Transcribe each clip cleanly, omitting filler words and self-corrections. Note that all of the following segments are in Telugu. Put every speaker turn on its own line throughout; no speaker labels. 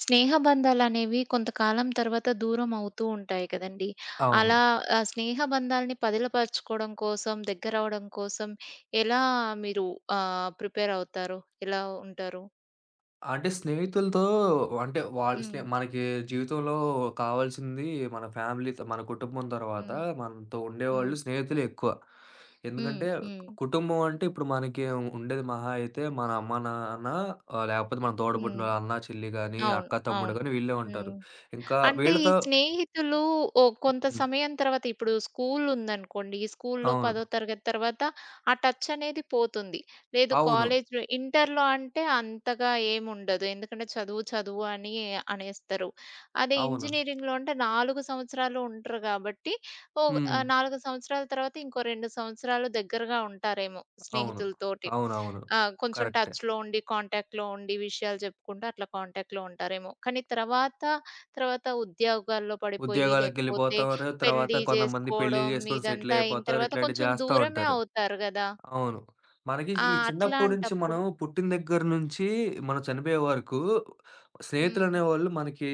స్నేహ బంధాలనేవి కొంతకాలం తర్వాత దూరం అవుతూ ఉంటాయి కదండీ!
అవును.
అలా ఆ స్నేహ బంధాల్ని పదిలపరచుకోవడం కోసం, దగ్గరవ్వడం కోసం ఎలా మీరు ప్రిపేర్ అవుతారు? ఎలా ఉంటారు?
అంటే స్నేహితులతో అంటే వాళ్ళు
హ్మ్.
మనకి జీవితంలో కావాల్సింది మన ఫ్యామిలీతో, మన కుటుంబం తర్వాత
హ్మ్.
మనతో
హ్మ్.
ఉండేవాళ్ళు స్నేహితులే ఎక్కువ.
హ్మ్.
ఎందుకంటే
హ్మ్.
కుటుంబం అంటే ఇప్పుడు మనకి ఉండేది మహా అయితే మన అమ్మ, నాన్న, లేకపోతే మన
హ్మ్.
తోడబుట్టినోళ్ళు అన్న, చెల్లి గాని,
అవును.
అక్క, తమ్ముడు
అవును.
గాని వీళ్ళే ఉంటారు.
హ్మ్.
ఇంకా
అంటే ఈ
వీళ్ళతో.
స్నేహితులు ఓ కొంత
హ్మ్.
సమయం తర్వాత ఇప్పుడు స్కూల్ ఉందనుకోండి. ఈ స్కూల్‌లో
అవును.
పదో తరగతి తర్వాత ఆ టచ్ అనేది పోతుంది. లేదు
అవును.
కాలేజ్‌లో ఇంటర్‌లో అంటే అంతగా ఏముండదు. ఎందుకంటే చదువు చదువు అని అనేస్తారు. అదే
అవును.
ఇంజినీరింగ్‌లో అంటే 4 సంవత్సరాలు ఉంటారు కాబట్టి ఓ
హ్మ్.
4 సంవత్సరాల తర్వాత ఇంకో 2 సంవత్సరాలు దగ్గరగా ఉంటారేమో
అవును.
స్నేహితులతోటి.
అవునవును.
ఆ! కొంచెం
కరెక్టే.
టచ్‌లో ఉండి, కాంటాక్ట్‌లో ఉండి విషయాలు చెప్పుకుంటూ అట్లా కాంటాక్ట్‌లో ఉంటారేమో. కానీ తర్వాత తర్వాత ఉద్యోగాల్లో పడిపోయి, లేకపోతే
ఉద్యోగాలకెళ్ళిపోతారు. తర్వాత
పెళ్లి
కొంతమంది పెళ్లిళ్లు
జేసుకోవడం
జేసుకొని సెటిల్
ఇదంతా అయిన
అయిపోతారు.
తర్వాత
ఇట్లాంటివి
కొంచెం
జేస్తా
దూరమే
ఉంటారు.
అవుతారు గదా!
అవును. మనకి
ఆ!
ఈ చిన్నప్పటి నుంచి
అట్లాంటప్పుడు
మనం పుట్టిన దగ్గర నుంచి మనం చనిపోయే వరకు
హ్మ్.
స్నేహితులనేవాళ్ళు మనకి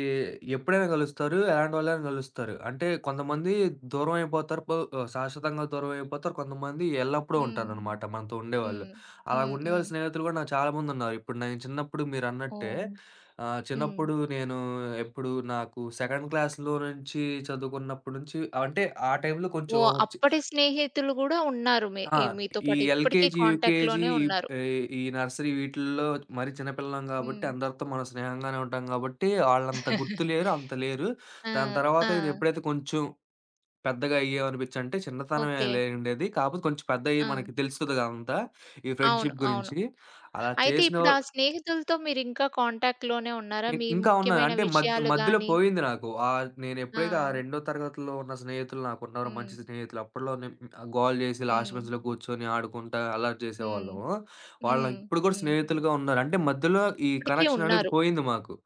ఎప్పుడైనా కలుస్తారు. ఎలాంటి వాళ్ళైనా కలుస్తారు. అంటే కొంతమంది దూరం అయిపోతారు. శాశ్వతంగా దూరం అయిపోతారు. కొంతమంది ఎల్లప్పుడూ
హ్మ్.
ఉంటారనమాట మనతో ఉండేవాళ్ళు.
హ్మ్.
అలా
హ్మ్. హ్మ్.
ఉండేవాళ్ళ స్నేహితులు కూడా నాకు చాలామందున్నారు. ఇప్పుడు నేను చిన్నప్పుడు మీరన్నట్టే,
ఓహ్! హ్మ్.
చిన్నప్పుడు నేను ఎప్పుడు నాకు సెకండ్ క్లాస్‌లో నుంచి చదువుకున్నప్పటి నుంచి, అంటే ఆ టైంలో కొంచెం
ఓహ్! అప్పటి స్నేహితులు గూడా ఉన్నారు. మీ
ఆ!
మీతో
ఈ
పాటు ఇప్పటికి
ఎల్‌కేజీ, యూకేజీ,
కాంటాక్ట్‌లోనే ఉన్నారు.
ఈ నర్సరీ వీటిల్లో మరి చిన్నపిల్లలం గాబట్టి,
హ్మ్.
అందరితో మనం స్నేహంగానే ఉంటాం గాబట్టి, ఆళ్ళంత గుర్తు లేరు, అంత లేరు.
ఆ!
దాని తర్వాత
ఆ!
ఇది ఎప్పుడైతే కొంచెం పెద్దగా అయ్యామనిపిచ్చంటే,
ఓకే.
చిన్నతనమేలే ఉండేది. కాపోతే కొంచెం పెద్దయ్యి
ఆ!
మనకి తెలుస్తది గదంతా, ఈ
అవును.
ఫ్రెండ్‌షిప్
అవును.
గురించి. అలా
అయితే
చేసిన
ఇప్పుడు ఆ స్నేహితులతో మీరింకా కాంటాక్ట్‌లోనే ఉన్నారా? మీ
ఇంకా ఉన్నాను.
ముఖ్యమైన
అంటే మధ్య
విషయాలు
మధ్యలో
గాని
పోయింది నాకు. నేనెప్పుడైతే ఆ
ఆ!
రెండో తరగతిలో ఉన్న స్నేహితులు నాకున్నారో
హ్మ్.
మంచి స్నేహితులు, అప్పట్లో నేను గోల చేసి లాస్ట్
హ్మ్.
బెంచ్‌లో కూర్చొని ఆడుకుంటా అల్లరి
హ్మ్.
చేసేవాళ్ళము. వాళ్ళు
హ్మ్.
ఇప్పుడు కూడా
హ్మ్.
స్నేహితులుగా ఉన్నారు. అంటే మధ్యలో ఈ
ఇప్పటికి
కనెక్షన్ అనేది
ఉన్నారు.
పోయింది మాకు.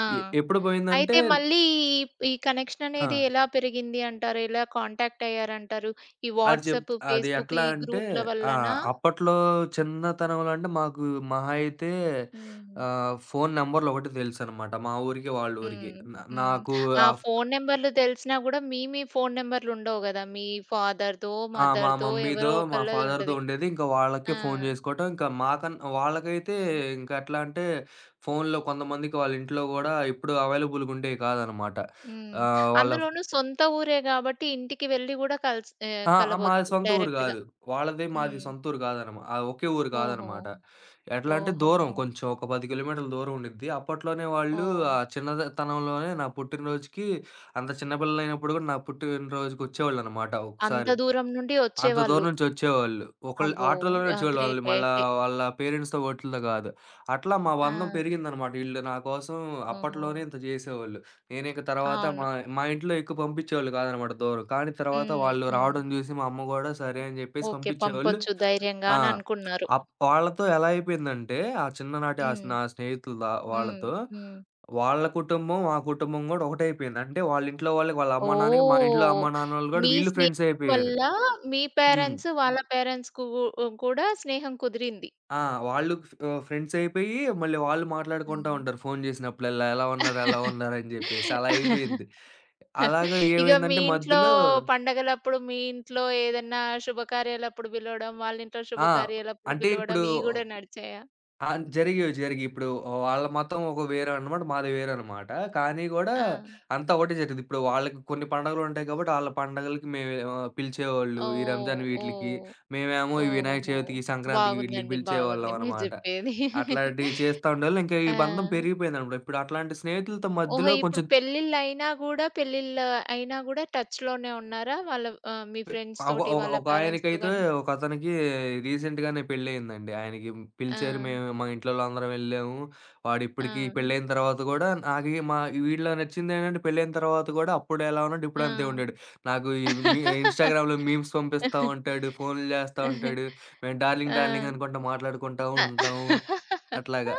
ఆ!
ఎప్పుడు పోయిందంటే
అయితే మళ్ళీ ఈ ఈ కనెక్షన్
ఆ!
అనేది ఎలా పెరిగింది అంటారు? ఎలా కాంటాక్ట్ అయ్యారంటారు? ఈ
అది
వాట్సాప్,
చెప్తా. అది
ఫేస్‌బుక్
ఎట్లా
ఈ
అంటే
గ్రూప్‌ల
ఆ!
వల్లనా?
అప్పట్లో చిన్నతనంలో అంటే మాకు మహా అయితే
హ్మ్.
ఫోను నంబర్‌లు ఒకటే తెలుసనమాట. మా ఊరికి వాళ్ళ ఊరికి.
హ్మ్. హ్మ్.
నాకు
ఆ
ఆ,
ఫోను నంబర్‌లు తెలిసినా గూడా మీ మీ ఫోను నంబర్‌లు ఉండవు గదా! మీ ఫాదర్‌దో,
ఆ! మా
మదర్‌దో
మమ్మీదో,
ఎవరో
మా
ఒకళ్ళది
ఫాదర్‌దో
ఉంటది.
ఉండేది. ఇంకా వాళ్ళకే
ఆ!
ఫోను జేసుకోవటం. ఇంకా వాళ్ళకైతే
హ్మ్.
ఇంక ఎట్లా అంటే, ఫోనులో కొంతమందికి వాళ్ళ ఇంట్లో గూడా ఎప్పుడు అవైలబుల్‌గా ఉండేవి కాదనమాట.
హ్మ్.
వాళ్ళ.
అందులోనూ సొంత ఊరే గాబట్టి ఇంటికి వెళ్లి గూడా కలిసి
ఆ! ఆ! మాది
కలవచ్చు
సొంత ఊరు
డైరెక్ట్‌గా.
గాదు. వాళ్ళది, మాది
హ్మ్.
సొంత ఊరు ఒకే ఊరు
ఓహో!
కాదనమాట. ఎట్లా అంటే దూరం
ఓహోహో!
కొంచెం ఒక 10 కిలోమీటర్ల దూరం ఉండిద్ది. అప్పట్లోనే వాళ్ళు
ఓహ్!
ఆ చిన్నతనంలోనే నా పుట్టినరోజుకి అంత చిన్న పిల్లలైనప్పుడు గూడా నా పుట్టినరోజుకొచ్చేవాళ్ళనమాట
అంత
ఒక్కసారి.
దూరం నుండి
అంత దూరం
వచ్చేవాళ్ళు.
నుంచొచ్చేవాళ్ళు. ఒకళ్ళు
అబ్బో!
ఆటోలోనే
ఆ!
వచ్చేవాళ్ళు. వాళ్ళు
గ్రేటే
మళ్ళా
అయితే.
వాళ్ళ పేరెంట్స్‌తో ఓట్లితో గాదు. అట్లా మా బంధం
ఆ!
పెరిగిందనమాట. ఈళ్ళు నా కోసం
ఓహో!
అప్పట్లోనే ఇంత జేసేవాళ్ళు. నేనిక తర్వాత మా
అవును.
మా ఇంట్లో ఎక్కువ పంపిచ్చేవాళ్ళు కాదనమాట దూరం. కానీ తర్వాత
హ్మ్.
వాళ్ళు
హ్మ్.
రావడం జూసి మా అమ్మ గూడా సరే అని జెప్పేసి
ఓకే.
పంపిచ్చేవాళ్ళు.
పంపొచ్చు ధైర్యంగా
ఆ!
అని అనుకున్నారు.
వాళ్ళతో ఎలా అయిపోయిందంటే, ఆ చిన్ననాటి ఆ
హ్మ్.
నా స్నేహితులు
హ్మ్.
వాళ్ళతో,
హ్మ్.
వాళ్ళ కుటుంబం, మా కుటుంబం గూడా ఒకటైపోయింది. అంటే వాళ్ళ ఇంట్లో వాళ్ళకి వాళ్ళ అమ్మ, నాన్నకి, మా ఇంట్లో
ఓహ్!
అమ్మ, నాన్నోళ్ళు గూడా
మీ
వీళ్ళు
స్నేహం
ఫ్రెండ్సయిపోయారు.
వల్ల మీ
హ్మ్.
పేరెంట్స్ వాళ్ళ పేరెంట్స్‌కు కూడా స్నేహం కుదిరింది.
ఆ! వాళ్ళు ఫ్రెండ్స్ అయిపోయి, మళ్ళీ వాళ్ళు మాట్లాడుకుంటా
హ్మ్.
ఉంటారు ఫోను చేసినప్పుడల్లా. ఎలా ఉన్నారు? ఎలా ఉన్నారు? అని జెప్పేసి. అలా అయిపోయింది. అలాగా
ఇగ మీ
ఏమైందంటే
ఇంట్లో
మధ్యలో
పండగలప్పుడు, మీ ఇంట్లో ఏదన్నా శుభకార్యాలప్పుడు పిలవడం, వాళ్ళ ఇంట్లో
ఆ!
శుభకార్యాలప్పుడు
అంటే
పిలవడం,
ఇప్పుడు
ఇయి గూడా నడిచాయా?
ఆ! జరిగేవి, జరిగేయి. ఇప్పుడు వాళ్ళ మతం ఒక వేరనమాట. మాది వేరనమాట. కానీ గూడా
ఆ!
అంతా ఒకటే జరిగేది. ఇప్పుడు వాళ్ళకి కొన్ని పండుగలుంటాయి కాబట్టి, ఆళ్ళ పండగలకి మేము, పిలిచేవాళ్ళు. ఈ
ఓహ్!
రంజాన్ వీటిలికి.
ఓహ్!
మేమేమో ఈ వినాయక
ఓహోహో!
చవితికి, సంక్రాంతికి వీటిలికి
బాగుందండి. బాగుంది
పిలిచేవాళ్ళం
మీరు
అనమాట.
జెప్పేది.
అట్లాంటివి చేస్తా ఉండేవాళ్ళం. ఇంకా ఈ
ఆ!
బంధం పెరిగిపోయిందనమాట. ఇప్పుడు అట్లాంటి స్నేహితులతో
ఓహో!
మధ్యలో
ఇప్పుడు
కొంచెం
పెళ్ళిళ్ళయినా గూడా పెళ్ళిళ్ళు అయినా గూడా టచ్‌లోనే ఉన్నారా? వాళ్ళ మీ ఫ్రెండ్స్
ఒక
తోటి,
ఒక
వాళ్ళ పేరెంట్స్‌తో
ఒకాయనకైతే
గాని?
ఒకతనికి రీసెంట్‌గానే పెళ్లయిందండి. ఆయనకి
ఆ!
పిలిచారు. మేము మా ఇంట్లోళ్ళందరం వెళ్ళాము.
ఆ!
వాడిప్పటికి పెళ్లయిన తర్వాత గూడా నాకు ఈ- మా వీడిలో నచ్చిందేంటంటే పెళ్లయిన తర్వాత గూడా అప్పుడెలా ఉన్నాడు,
ఆ!
ఇప్పుడు అంతే ఉండాడు. నాకు ఈ మీ ఇన్‌స్టాగ్రామ్‌లో మీమ్స్ పంపిస్తా ఉంటాడు. ఫోన్లు జేస్తా ఉంటాడు. మేము డార్లింగ్,
ఆ!
డార్లింగ్ అనుకుంటా మాట్లాడుకుంటా ఉంటాము.
ఆ!
అట్లాగా.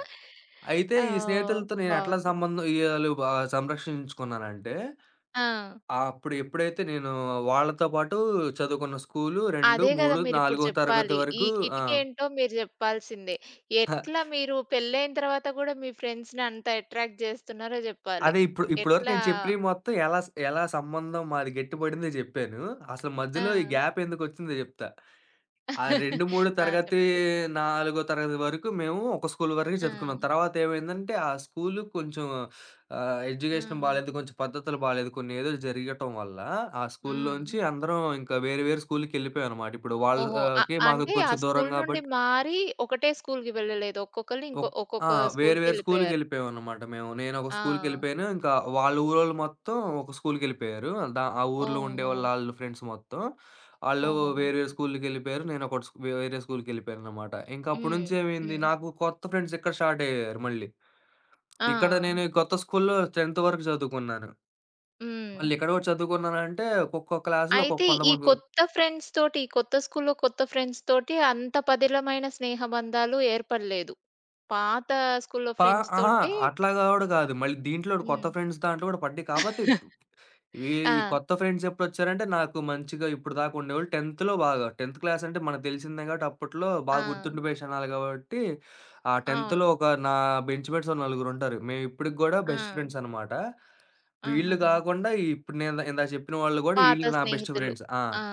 అయితే ఈ
ఓహ్!
స్నేహితులతో నేనెట్లా
బావుంది.
సంబంధం ఇయాలు సంరక్షించుకున్నానంటే
ఆ!
ఆ! అప్పుడు ఎప్పుడైతే నేను వాళ్ళతో పాటు చదువుకున్న స్కూలు 2,
అదే గదా!
3,
మీరిప్పుడు
4 తరగతి
చెప్పాలి. ఈ
వరకు ఆ!
కిటికేంటో మీరు జెప్పాల్సిందే. ఎట్లా మీరు పెళ్లయిన తర్వాత గూడా మీ ఫ్రెండ్స్‌ని అంత అట్రాక్ట్ జేస్తున్నారో జెప్పాలి.
అదే ఇప్పుడు ఇప్పటివరకు
ఎట్లా
నేను చెప్పినయి మొత్తం ఎలా ఎలా సంబంధం మాది గట్టిపడిందో జెప్పాను. అసలు
ఆ!
మధ్యలో ఈ గ్యాప్ ఎందుకొచ్చిందో జెప్తా. ఆ 2, 3
ఆ!
తరగతి,
చెప్పండి.
4 తరగతి వరకు మేము ఒక స్కూల్ వరకే
ఆ!
చదువుకున్నాం. తర్వాత ఏమైందంటే ఆ స్కూలు కొంచెం,
ఆ!
ఎడ్యుకేషన్ బాలేదు. కొంచెం పద్ధతులు బాలేదు. కొన్ని ఏదో జరగటం వల్ల ఆ
హ్మ్.
స్కూల్లోంచి అందరం ఇంకా వేరే వేరే స్కూల్‌కెళ్ళిపోయామనమాట. ఇప్పుడు
ఓహో!
వాళ్ళకి మాకు
అంటే ఆ
కొంచెం దూరం
స్కూల్ నుండి
గాబట్టి
మారి ఒకటే స్కూల్‌కి వెళ్ళలేదు. ఒక్కొక్కళ్ళు
ఒక్
ఇంకో
ఆ!
ఒక్కొక్క
వేరు వేరు
స్కూల్‌కెళ్ళిపోయారు.
స్కూల్‌కెళ్ళిపోయామన్నమాట మేము. నేనొక
ఆ!
స్కూల్‌కెళ్ళిపోయాను. ఇంకా వాళ్ళ ఊరోళ్ళు మొత్తం ఒక స్కూల్‌కెళ్ళిపోయారు. ఆ ఊర్లో
ఓహో!
ఉండేవాళ్ళు ఆళ్ళు ఫ్రెండ్స్ మొత్తం. ఆళ్ళు
ఓహోహో!
వేరు వేరు స్కూల్‌కెళ్ళిపోయారు. నేనొకటి స్కూ వేరే స్కూల్‌కెళ్ళిపోయానన్నమాట. ఇంక అప్పటి
హ్మ్.
నుంచి ఏమైంది,
హ్మ్.
నాకు కొత్త ఫ్రెండ్స్ ఇక్కడ స్టార్ట్ అయ్యారు మళ్ళీ.
ఆ!
ఇక్కడ నేను ఈ కొత్త స్కూల్‌లో 10థ్ వరకు చదువుకున్నాను.
హ్మ్.
మళ్ళీ ఎక్కడ కూడా చదువుకున్నానంటే ఒక్కొక్క క్లాస్‌లో ఒక్కొక్క
అయితే ఈ
కొంతమంది
కొత్త ఫ్రెండ్స్ తోటి, ఈ కొత్త స్కూల్‌లో కొత్త ఫ్రెండ్స్ తోటి అంత పదిలమైన స్నేహ బంధాలు ఏర్పడలేదు. పాత స్కూల్‌లో
పా
ఫ్రెండ్స్
అహా!
తోటే
అట్లా కూడా కాదు. మళ్ళీ దీంట్లో కూడా కొత్త
హ్మ్.
ఫ్రెండ్స్ దాంట్లో కూడా పడ్డాయి. కాపోతే ఇవి ఈ
ఆ!
కొత్త ఫ్రెండ్స్ ఎప్పుడొచ్చారంటే, నాకు మంచిగా ఇప్పుడు దాకా ఉండేవాళ్ళు 10థ్‌లో బాగా, 10థ్ క్లాస్ అంటే మనకు తెలిసిందే కాబట్టి అప్పట్లో బాగా
ఆ!
గుర్తుండిపోయే క్షణాలు కాబట్టి, ఆ 10థ్‌లో
అవును.
ఒక నా బెంచ్ మేట్స్ ఓ నలుగురుంటారు. మేము ఇప్పటికి గూడా
ఆ!
బెస్ట్ ఫ్రెండ్స్ అనమాట. వీళ్ళు
ఆహాహా!
గాకుండా ఇప్పుడు నేను ఇందాక చెప్పిన వాళ్ళు గూడా
పాత
వీళ్ళు నా బెస్ట్
స్నేహితులు.
ఫ్రెండ్స్. ఆ!
ఆ!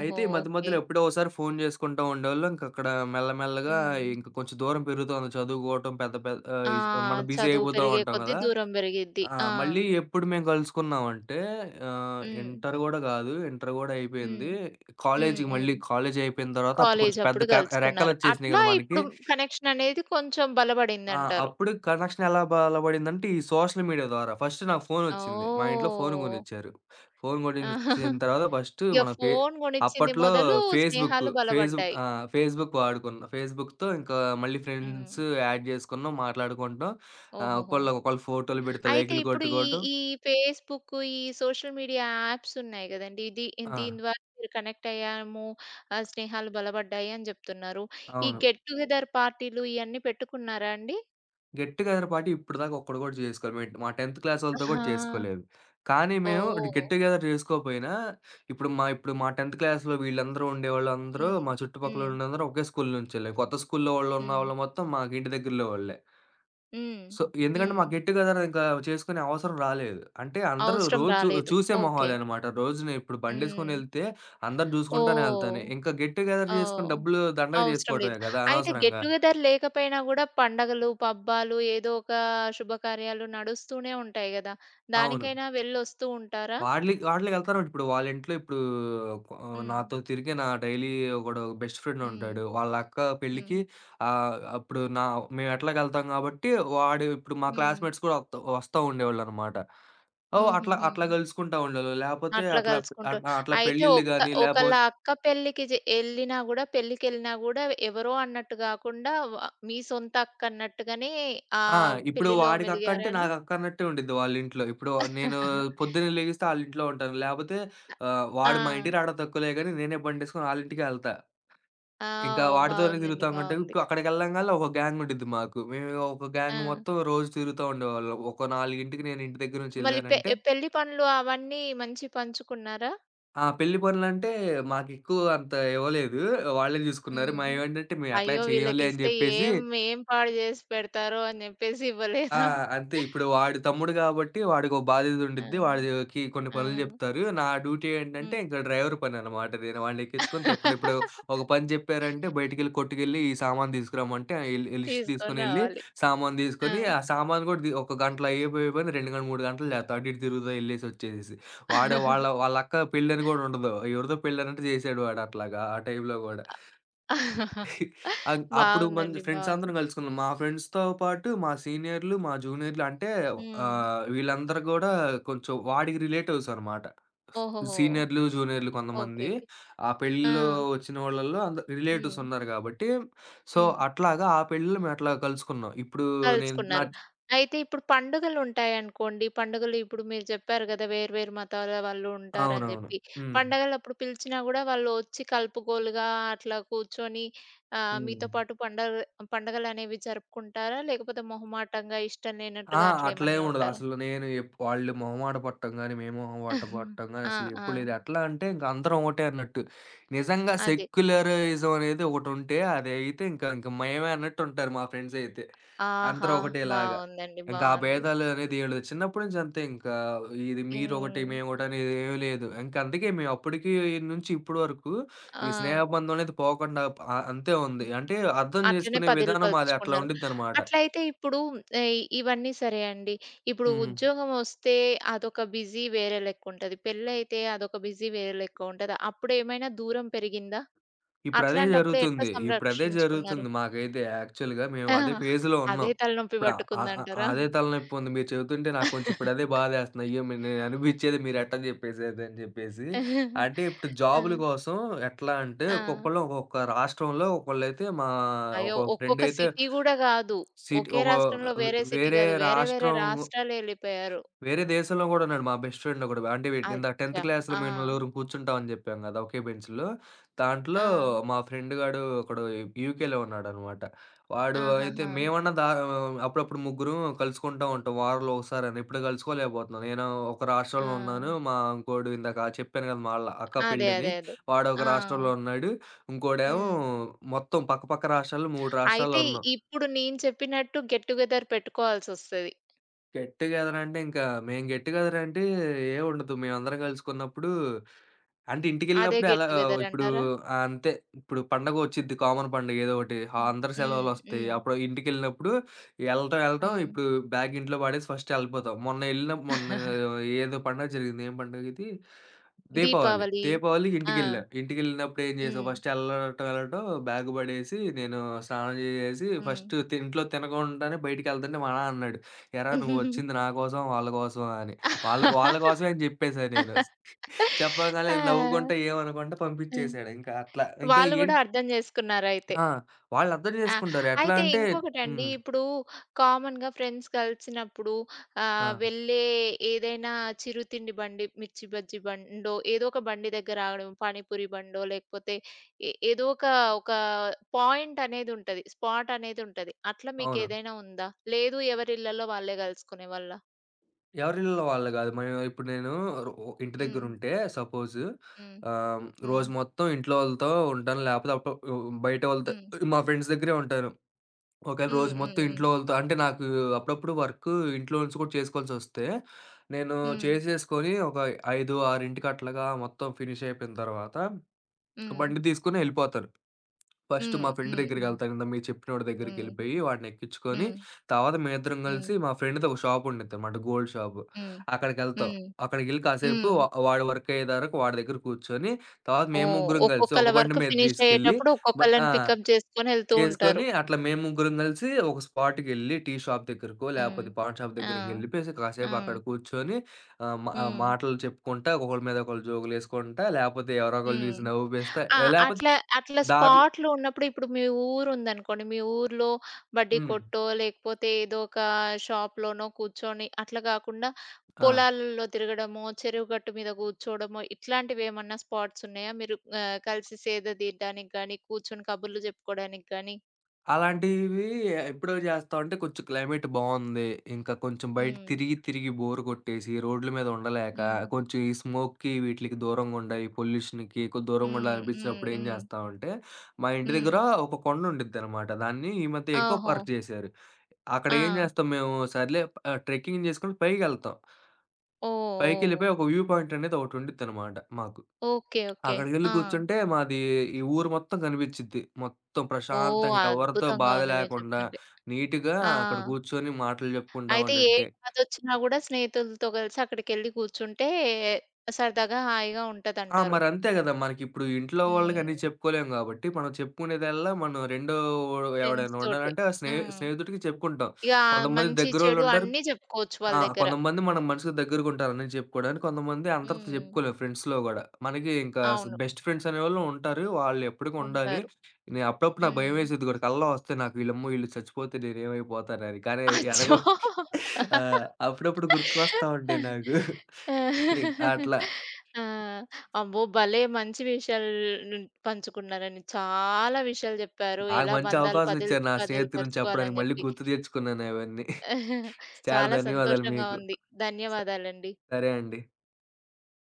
అయితే ఈ మధ్య
ఓకే.
మధ్యలో ఎప్పుడో ఒకసారి ఫోన్ జేసుకుంటూ ఉండేవాళ్ళం. ఇంక అక్కడ మెల్లమెల్లగా
హ్మ్.
ఇంక కొంచెం దూరం పెరుగుతోంది చదువుకోవటం పెద్ద పెద్ద, ఆహ్,
ఆ!
ఇస్ మనం బిజీ
చదువు
అయిపోతా
పెరిగే
ఉంటాం
కొద్దీ
గదా!
దూరం పెరిగిద్ది.
ఆ!
ఆ!
మళ్ళీ ఎప్పుడు మేము కలుసుకున్నామంటే,
హ్మ్.
ఇంటర్ గూడా గాదు. ఇంటర్ గూడా
హ్మ్.
అయిపోయింది.
హ్మ్.
కాలేజీకి
హ్మ్.
మళ్ళీ కాలేజీ అయిపోయిన తర్వాత అప్పుడు కొంచెం పెద్ద
కాలేజప్పుడు గలుసుకున్నారు.
రెక్కలొచ్చేసినాయి
అట్లా
గదా! మనకి.
ఇప్పుడు కనెక్షననేది కొంచెం
ఆ!
బలపడిందంటారు.
అప్పుడు కనెక్షన్ ఎలా బలపడిందంటే ఈ సోషల్ మీడియా ద్వారా. ఫస్ట్ నాకు ఫోనొచ్చింది. మా ఇంట్లో ఫోన్
ఓహ్!
గొనిచ్చారు. ఫోన్ గొనిచ్చిన తర్వాత ఫస్ట్
ఇగ
మన ఫే
ఫోను గొనిచ్చింది
అప్పట్లో
మొదలు
ఫేస్‌బుక్,
స్నేహాలు
ఫేస్‌బుక్
బలబడ్డాయి.
ఆ! ఫేస్‌బుక్ వాడుకున్నా. ఫేస్‌బుక్‌తో ఇంకా మళ్ళీ
హ్మ్.
ఫ్రెండ్స్ యాడ్ జేసుకున్నాం. మాట్లాడుకుంటాం.
ఓహోహో!
ఒకళ్ళకొకళ్ళు ఫోటోలు పెడితే
అయితే
లైకులు
ఇప్పుడు ఈ
కొట్టుకోవటం.
ఈ ఫేస్‌బుక్, ఈ సోషల్ మీడియా యాప్స్ ఉన్నాయి గదండీ! ఇది
ఆ!
దీని ద్వారా మీరు కనెక్ట్ అయ్యాము. స్నేహాలు బలపడ్డాయి అని జెప్తున్నారు. ఈ
అవును.
గెట్ టుగెదర్ పార్టీలు ఇయన్నీ పెట్టుకున్నారా అండి?
గెట్ టుగెదర్ పార్టీ ఇప్పటిదాకా ఒక్కడు గూడా జేసుకోలే. మేట్ మా 10థ్ క్లాస్ వాళ్ళతో గూడా
ఆహా!
చేసుకోలేదు. కానీ మేము
ఓహ్!
గెట్ టుగెదర్ జేసుకోపోయినా, ఇప్పుడు మా 10థ్ క్లాస్‌లో వీళ్ళందరూ ఉండేవాళ్ళందరూ,
హ్మ్.
మా చుట్టుపక్కల
హ్మ్.
ఉన్నందరూ ఒకే స్కూల్ నుంచోళ్ళే. కొత్త స్కూల్‌లో వాళ్ళున్న
హ్మ్.
వాళ్ళు మొత్తం మాకు ఇంటి దగ్గరలో వాళ్ళే.
హ్మ్.
సో, ఎందుకంటే
హ్మ్.
మాకు గెట్ టుగెదర్ ఇంకా చేసుకునే అవసరం రాలేదు. అంటే అందరూ
అవసరం
రోజు
రాలేదు.
చూసే
ఓకే.
మొహాలనమాట. రోజున ఇప్పుడు
హ్మ్.
బండేసుకొనెళ్తే అందరూ జూసుకుంటానే
ఓహ్!
ఎళ్తానే. ఇంకా గెట్ టుగెదర్ జేసుకొని
ఓహ్!
డబ్బులు దండగ
అవసరం లేదు.
జేసుకోవటమే గదా!
అయితే గెట్
అనవసరంగా.
టుగెదర్ లేకపోయినా గూడా పండగలు, పబ్బాలు ఏదో ఒక శుభకార్యాలు నడుస్తూనే ఉంటాయి గదా!
అవును.
దానికైనా వెళ్ళొస్తూ ఉంటారా?
వాడ్లి వాటిలికెళ్తారు. ఇప్పుడు వాళ్ళ ఇంట్లో ఇప్పుడు,
హ్మ్.
నాతో తిరిగే నా డైలీ ఒకడు బెస్ట్ ఫ్రెండ్
హ్మ్.
ఉంటాడు. వాళ్ళ అక్క
హ్మ్.
పెళ్ళికి ఆహ్, అప్పుడు నా మేము ఎట్లాగెళ్తాం కాబట్టి వాడు ఇప్పుడు మా
హ్మ్.
క్లాస్‌మేట్స్ కూడా వస్తా ఉండేవాళ్ళనమాట. ఓహ్! అట్లా
హుహుహు.
అట్లా కలుసుకుంటా ఉండేవాళ్ళు. లేపోతే
అట్లా
అట్లా,
కలుసుకుంటూ
అట్లా
అయితే
పెళ్ళిళ్ళు గాని లేపో.
ఒకళ్ళ అక్క పెళ్ళికి ఎళ్ళినా గూడా పెళ్ళికెళ్ళినా గూడా ఎవరో అన్నట్టు గాకుండా వ మీ సొంత అక్క అన్నట్టుగానే ఆ
ఆ! ఇప్పుడు
పెళ్ళిలో
వాడికి అక్క అంటే
మెలిగారా అండి?
నాకు అక్క అన్నట్టే ఉండిద్ది వాళ్ళింట్లో. ఇప్పుడు నేను పొద్దున్నే లెగిస్తే ఆళ్ళింట్లో ఉంటాను. లేపోతే, వాడు మా
ఆ!
ఇంటికి రావడం తక్కువలే గాని నేనే బండేసుకొని ఆళ్ళింటికే ఎళ్తా.
ఆ!
ఇంకా
ఓహ్!
వాడితోనే
బావుందండి.
తిరుగుతాం అంటే,
బావుంది.
ఇప్పుడు అక్కడికెళ్ళంగాల్నే ఒక గ్యాంగ్ ఉండిద్ది మాకు. మేము ఒక
ఆ!
గ్యాంగ్ మొత్తం రోజు తిరుగుతా ఉండేవాళ్ళం. ఒక 4కి నేను ఇంటి దగ్గర నుంచి
మళ్ళీ
ఎళ్ళానంటే
పెళ్లి పనులు అవన్నీ మంచి పంచుకున్నారా?
ఆ! పెళ్లి పనులంటే మాకెక్కువ అంత ఇవ్వలేదు. వాళ్ళే జూసుకున్నారు.
హ్మ్.
మేమేంటంటే మేము ఎట్లా
అయ్యో!
చెయ్యంలే అని
వీళ్ళకిస్తే
జెప్పేసి.
ఏం ఏం పాడు జేసి పెడతారో అని జెప్పేసి
ఆ!
ఇవ్వలేదా?
అంతే ఇప్పుడు వాడి తమ్ముడు గాబట్టి వాడికో బాధ్యత
ఆ!
ఉండిద్ది. వాడికి కొన్ని
ఆ!
పనులు జెప్తారు. నా డ్యూటీ ఏంటంటే
హ్మ్.
ఇంక డ్రైవర్ పననమాట. నేను వాడిని ఎక్కించుకొని తిప్పడం. ఇప్పుడు ఒక పని జెప్పారంటే బయటికెళ్ళి కొట్టుకెళ్ళి ఈ సామాను తీసుకురమ్మంటే ఆ లిస్ట్
తీసుకొని
తీసుకొనెళ్ళి
రావాలి.
సామాను
ఆ!
తీసుకొని ఆ సామాను గూడా ఒక గంటలో అయిపోయే పని 2 గంటలు 3 గంటలు జేత్తా. అటు ఇటు తిరుగుతా ఎళ్ళేసి వచ్చేసేసి. వాడు వాళ్ళ వాళ్ళ అక్క పెళ్ళని గూడా ఉండదు. ఎవరిదో పెళ్ళనంటే జేసాడు వాడు అట్లాగా ఆ టైంలో గూడా. అప్పుడు మన
బావుందండి.
ఫ్రెండ్స్
బావుంది.
అందరం కలుసుకున్నాం. మా ఫ్రెండ్స్‌తో పాటు మా సీనియర్‌లు, మా జూనియర్‌లు అంటే,
హ్మ్.
వీళ్ళందరూ గూడా కొంచెం వాడికి రిలేటివ్స్ అనమాట.
ఓహోహో!
సీనియర్‌లు, జూనియర్‌లు
ఓకే.
కొంతమంది.
ఓకే.
ఆ
ఆ!
పెళ్ళిలో వచ్చిన వాళ్ళలో రిలేటివ్స్
హ్మ్.
ఉన్నారు గాబట్టి, సో,
హ్మ్.
అట్లాగా ఆ పెళ్ళిలో మేము అట్లా కలుసుకున్నాం. ఇప్పుడు నేను నా.
కలుసుకున్నారు. అయితే ఇప్పుడు పండుగలుంటాయనుకోండి. పండుగలు ఇప్పుడు మీరు చెప్పారు గదా! వేరు వేరు మతాల వాళ్ళు ఉంటారని
అవునవును.
జెప్పి.
హ్మ్.
పండగలప్పుడు పిలిచినా గూడా వాళ్ళు ఒచ్చి కలుపుగోలుగా అట్లా కూర్చొని
హ్మ్.
మీతో పాటు పండగ పండగలనేవి జరుపుకుంటారా? లేకపోతే మొహమాటంగా ఇష్టం
ఆ!
లేనట్టుగా
అట్లేం
అట్లేమన్నా
ఉండదు.
ఉంటారా?
అసలు నేను వాళ్ళు మొహమాట పడటం గాని, మేము మొహమాట పడటం గాని
ఆ!
అసలు
ఆ!
ఎప్పుడు లేదు. ఎట్లా అంటే ఇంక అందరం ఒకటే అన్నట్టు. నిజంగా
అదే.
సెక్యులరిజం అనేది ఒకటుంటే అదైతే ఇంక ఇంక మేమే అన్నట్టు ఉంటారు మా ఫ్రెండ్స్ అయితే. అందరూ
ఆహా!
ఒకటేలాగా.
బావుందండి.
ఇంక ఆ
బావుంది.
భేదాలు అనేది ఏం లేదు. చిన్నప్పటి నుంచి అంతే ఇంకా ఇది మీరొకటి,
హ్మ్.
మేమొకటి అనేది ఏమి లేదు. ఇంక అందుకే మేము అప్పటికి నుంచి ఇప్పటి వరకు ఈ
ఆ!
స్నేహబంధం అనేది పోకుండా, అంతే ఉంది. అంటే అర్థం
అట్లనే
చేసుకునే విధానం మాది అట్లా
పదిలపరుచుకున్నారు.
ఉండిద్దనమాట.
అట్లయితే ఇప్పుడు ఇవన్నీ సరే అండి. ఇప్పుడు
హ్మ్.
ఉద్యోగమొస్తే అదొక బిజీ వేరే లెక్కుంటది. పెళ్లయితే అదొక బిజీ వేరే లెక్క ఉంటది. అప్పుడేమైనా దూరం పెరిగిందా?
ఇప్పుడదే
అట్లాంటప్పుడు ఎట్లా
జరుగుతుంది. ఇప్పుడదే
సంరక్షించుకున్నారు?
జరుగుతుంది మాకైతే యాక్చువల్‌గా. మేము
ఆ!
అదే ఫేజ్‌లో
అదే
ఉన్నాం.
తలనొప్పి
ఇప్పుడు ఆహ్, ఆహ్,
పట్టుకుందంటారా?
అదే తలనొప్పి ఉంది. మీరు చెబుతుంటే నాకు కొంచెం ఇప్పుడు అదే బాధేస్తుంది. అయ్యో! నేను అనిపించేది మీరు ఎట్టా చెప్పేసేది అని చెప్పేసి. అంటే ఇప్పుడు
ఆ!
జాబ్‌ల కోసం ఎట్లా అంటే
ఆ!
ఒక్కొక్కళ్ళు ఒక్కొక్క రాష్ట్రంలో ఒకళ్ళైతే మా
అయ్యో!
ఒక ఫ్రెండ్
ఒక్కొక్క
అయితే
సిటీ గూడా గాదు.
సిటీ
ఒకే
ఒక
రాష్ట్రంలో
వే
వేరే సిటీ
వేరే
గాదు. వేరే వేరే
రాష్ట్రం,
రాష్ట్రాలెళ్ళిపోయారు.
వేరే దేశంలో గూడానండి మా బెస్ట్ ఫ్రెండ్‌లో గూడా. అంటే ఇందాక 10థ్
అచ్చా!
క్లాస్‌లో
ఆ!
మేము నలుగురం కూర్చుంటామని జెప్పాను గదా! ఒకే బెంచ్‌లో. దాంట్లో
ఆ!
మా ఫ్రెండ్ గాడు ఒకడు యూకేలో ఉన్నాడనమాట. వాడు అయితే
ఆహాహా!
అప్పుడప్పుడు ముగ్గురం కలుసుకుంటా ఉంటాం. వారంలో ఒకసారని. ఇప్పుడు కలుసుకోలేకపోతున్నాం. నేను ఒక రాష్ట్రంలో
ఆ!
ఉన్నాను. మా ఇంకోడు ఇందాక చెప్పాను గదా! మా ఆళ్ళ అక్క
అదే.
పెళ్ళని.
అదే. అదే. ఆ!
వాడొక రాష్ట్రంలో ఉన్నాడు. ఇంకోడేమో
హ్మ్.
మొత్తం పక్కపక్క రాష్ట్రాల్లో 3 రాష్ట్రాల్లో
అయితే
ఉన్నాం.
ఇప్పుడు నేను చెప్పినట్టు గెట్ టుగెదర్ పెట్టుకోవాల్సొస్తది.
గెట్ టుగెదర్ అంటే ఇంకా మేము గెట్ టుగెదర్ అంటే ఏం ఉండదు. మేమందరం కలుసుకున్నప్పుడు అంటే
అదే
ఇంటికెళ్ళినప్పుడు ఎలా
గెట్ టుగెదర్ అంటారా?
అంతే. ఇప్పుడు పండగ వచ్చిద్ది కామన్ పండగ ఏదో ఒకటి. అందరి
హ్మ్.
సెలవులొస్తాయి.
హ్మ్.
అప్పుడు ఇంటికెళ్ళినప్పుడు ఎళ్ళటం, ఎళ్ళటం
హ్మ్.
ఇప్పుడు బ్యాగ్ ఇంట్లో పడేసి ఫస్ట్ ఎళ్ళిపోతాం. మొన్న ఎళ్ళిన మొన్న ఏదో పండగ జరిగింది. ఏం పండగ ఇది? దీపావళి.
దీపావళి.
దీపావళి
ఆ!
ఇంటికెళ్ళా. ఇంటికెళ్ళినప్పుడు ఏం చేసాం,
హ్మ్.
ఫస్ట్ ఎళ్ళటం, ఎళ్ళటం బ్యాగ్ పడేసి నేను స్నానం చేసేసి
హ్మ్.
ఫస్ట్ ఇంట్లో తినకుండానే బయటికెళ్తుంటే మా నాన్న అన్నాడు. ఎరా నువ్వొచ్చింది నా కోసం, వాళ్ళ కోసం అని. వాళ్ళ వాళ్ళ కోసమే అని జెప్పేశా నేను. చెప్పగానే నవ్వుకుంటా,
ఆ!
ఏమనకుండా
హ్మ్.
పంపించేసాడు. ఇంకా అట్లా. ఇంకా
వాళ్ళు
ఏం.
గూడా అర్థం జేసుకున్నారయితే.
ఆ! వాళ్ళు అర్థం
ఆ!
జేసుకుంటారు. ఎట్లా
అయితే
అంటే.
ఇంకొకటండి.
హ్మ్.
ఇప్పుడు కామన్‌గా ఫ్రెండ్స్ కలిసినప్పుడు
ఆ!
వెళ్ళే ఏదైనా చిరుతిండి బండి, మిర్చి బజ్జీ బండో, ఏదో ఒక బండి దగ్గర ఆగడం, పానీపూరి బండో లేకపోతే ఏదో ఒక ఒక పాయింట్ అనేదుంటది. స్పాట్ అనేదుంటది. అట్లా
అవును.
మీకేదైనా ఉందా? లేదు ఎవరిళ్ళలో వాళ్ళే కలుసుకునేవాళ్ళా?
ఎవరిళ్ళలో వాళ్ళు గాదు. మనం ఇప్పుడు నేను రో ఇంటి
హ్మ్.
దగ్గరుంటే సపోజ్,
హ్మ్.
ఆహ్,
హ్మ్.
రోజు మొత్తం ఇంట్లో వాళ్ళతో ఉంటాను. లేపోతే అప్పుడు బయట వాళ్ళతో
హ్మ్.
మా ఫ్రెండ్స్ దగ్గరే ఉంటాను. ఒకవేళ
హ్మ్.
రోజు మొత్తం
హ్మ్.
ఇంట్లో వాళ్ళతో అంటే నాకు అప్పుడప్పుడు వర్క్ ఇంట్లో నుంచి కూడా చేసుకోవాల్సొస్తే, నేను
హ్మ్.
చేసేసుకొని ఒక 5, 6కి అట్లాగా మొత్తం ఫినిష్ అయిపోయిన తర్వాత,
హ్మ్.
బండి తీసుకొని ఎళ్ళిపోతాను. ఫస్ట్
హ్మ్.
మా ఫ్రెండ్
హ్మ్.
దగ్గరికెళ్తాను. ఇందాక మీకు చెప్పినోడి
హ్మ్. హ్మ్.
దగ్గరికెళ్ళిపోయి వాడిని ఎక్కించుకొని,
హ్మ్.
తర్వాత మేమిద్దరం
హ్మ్.
కలిసి మా ఫ్రెండ్‌ది ఒక షాప్ ఉండిద్దనమాట, గోల్డ్ షాపు.
హ్మ్.
అక్కడికెళ్తాం.
హ్మ్. హ్మ్.
అక్కడికెళ్ళి కాసేపు
హ్మ్.
వాడి వర్క్ అయ్యేదారకు వాడి దగ్గర కూర్చొని, తర్వాత మేము
ఓహ్!
ముగ్గురం కలిసి ఒక
ఒక్కొక్కళ్ళ
బండి
వర్క్
మీద
ఫినిష్
తీసుకెళ్ళి
అయ్యేటప్పుడు
బ ఆ!
ఒక్కొక్కళ్ళని పికప్ చేసుకొని వెళ్తూ
చేసుకొని
ఉంటారు.
అట్లా మేము ముగ్గురం కలిసి ఒక స్పాట్‌కెళ్ళి టీ షాప్ దగ్గరకో,
హ్మ్.
లేపోతే పాన్ షాప్
ఆ!
దగ్గరికెళ్ళిపోయేసి
ఆ!
కాసేపు అక్కడ కూర్చొని,
హ్మ్.
మాటలు చెప్పుకుంటా, ఒకళ్ళ మీద ఒకళ్ళు జోకులేసుకుంటా, లేపోతే ఎవరో ఒకళ్ళు
హ్మ్.
చూసి నవ్వు పేస్తా
ఆ!
లేపోతే
అట్లా అట్లా
దార్లు.
స్పాట్‌లో ఉన్నప్పుడు ఇప్పుడు మీ ఊరుందనుకోండి. మీ ఊర్లో బడ్డీ
హ్మ్.
కొట్టో, లేకపోతే ఏదో ఒక షాప్‌లోనో కూర్చొని అట్లా గాకుండా
ఆ!
పొలాలలో తిరగడమో, చెరువు గట్టు మీద కూర్చోవడమో ఇట్లాంటివేమన్నా స్పాట్స్ ఉన్నాయా? మీరు కలిసి సేద దీరడానికి గాని, కూర్చొని కబుర్లు చెప్పుకోవడానికి గాని?
అలాంటివి ఎప్పుడో జేస్తా ఉంటే కొంచెం క్లైమేట్ బావుంది. ఇంకా కొంచెం బయట
హ్మ్.
తిరిగి, తిరిగి బోర్ కొట్టేసి రోడ్ల మీద ఉండలేక,
హ్మ్.
కొంచెం ఈ స్మోక్‌కి వీటిలికి దూరంగుండాలి, ఈ పొల్యూషన్‌కి
హ్మ్. హ్మ్.
దూరంగుండాలనిపించినప్పుడు ఏం
హ్మ్.
జేస్తామంటే, మా ఇంటి
హ్మ్.
దగ్గర ఒక కొండ ఉండిద్దనమాట. దాన్ని ఈ మధ్య ఎకో
ఆహో!
పార్క్ జేశారు. అక్కడ ఏం
ఆ!
జేస్తాం మేము సర్లే, ట్రెక్కింగ్ జేసుకొని పైకెళ్తాం.
ఓహ్! ఓహ్!
పైకెళ్ళిపోయి ఒక వ్యూ పాయింట్ అనేది ఒకటుండిద్దనమాట మాకు.
ఓకే. ఓకే.
అక్కడికెళ్లి
ఆ!
కూర్చుంటే మాది ఈ ఊరు మొత్తం కనిపిచ్చిద్ది. మొత్తం
ఓహ్!
ప్రశాంతంగా ఎవరితో
అద్భుతంగా
బాధ
ఉంది మీరు
లేకుండా
చెప్తుంటే.
నీట్‌గా
ఆ!
అక్కడ కూర్చొని మాటలు చెప్పుకుంటా
అయితే ఏ
ఉండంటే.
బాధొచ్చినా గూడా స్నేహితులతో కలిసి అక్కడికెళ్లి కూర్చుంటే సరదాగా హాయిగా
ఆ!
ఉంటదంటారు.
మరంతే గదా! మనకిప్పుడు ఇంట్లో వాళ్ళకి
హ్మ్.
అన్నీ చెప్పుకోలేం గాబట్టి, మనం చెప్పుకునేదల్లా మనం రెండో
ఫ్రెండ్స్
ఎవడైనా
తోటి.
ఉన్నాడంటే ఆ
హ్మ్.
స్నేహితుడికి చెప్పుకుంటాం.
ఇక
కొంతమంది
మంచి, చెడు
దగ్గరోళ్ళుంటారు.
అన్నీ చెప్పుకోవచ్చు వాళ్ళ
ఆ!
దగ్గర.
కొంతమంది మనం మనిషికి దగ్గరగుంటారని చెప్పుకోడానికి. కొంతమంది అందరితో
హ్మ్.
చెప్పుకోలేం ఫ్రెండ్స్‌లో గూడా. మనకి ఇంకా
అవును.
బెస్ట్ ఫ్రెండ్స్ అనేవాళ్ళు ఉంటారు. వాళ్ళు ఎప్పటికి ఉండాలి.
ఉంటారు.
అప్పుడప్పుడు నాకు
హ్మ్.
భయమేసేది గూడా. కల్లో వస్తాయి నాకు వీళ్ళమ్మో! ఈళ్ళు చచ్చిపోతే నేనేమైపోతానని. కానీ ఎడగొ
అచ్చో!
ఆ! అప్పుడప్పుడు గుర్తుకొస్తా ఉంటాయి నాకు. నే అట్లా.
ఆ! అమ్మో! భలే మంచి విషయాలు పంచుకున్నారండి. చాలా విషయాలు జెప్పారు.
నాకు
ఎలా
మంచి
బంధాలు
అవకాశం ఇచ్చారు నా స్నేహితుల గురించి చెప్పడానికి.
పదిలపరుచుకోవాలని
మళ్ళీ
జెప్పి.
గుర్తు తెచ్చుకున్నాను అవన్నీ. చాలా
చాలా
ధన్యవాదాలు
సంతోషంగా
మీకు.
ఉంది.
స
ధన్యవాదాలండి.
సరే అండి.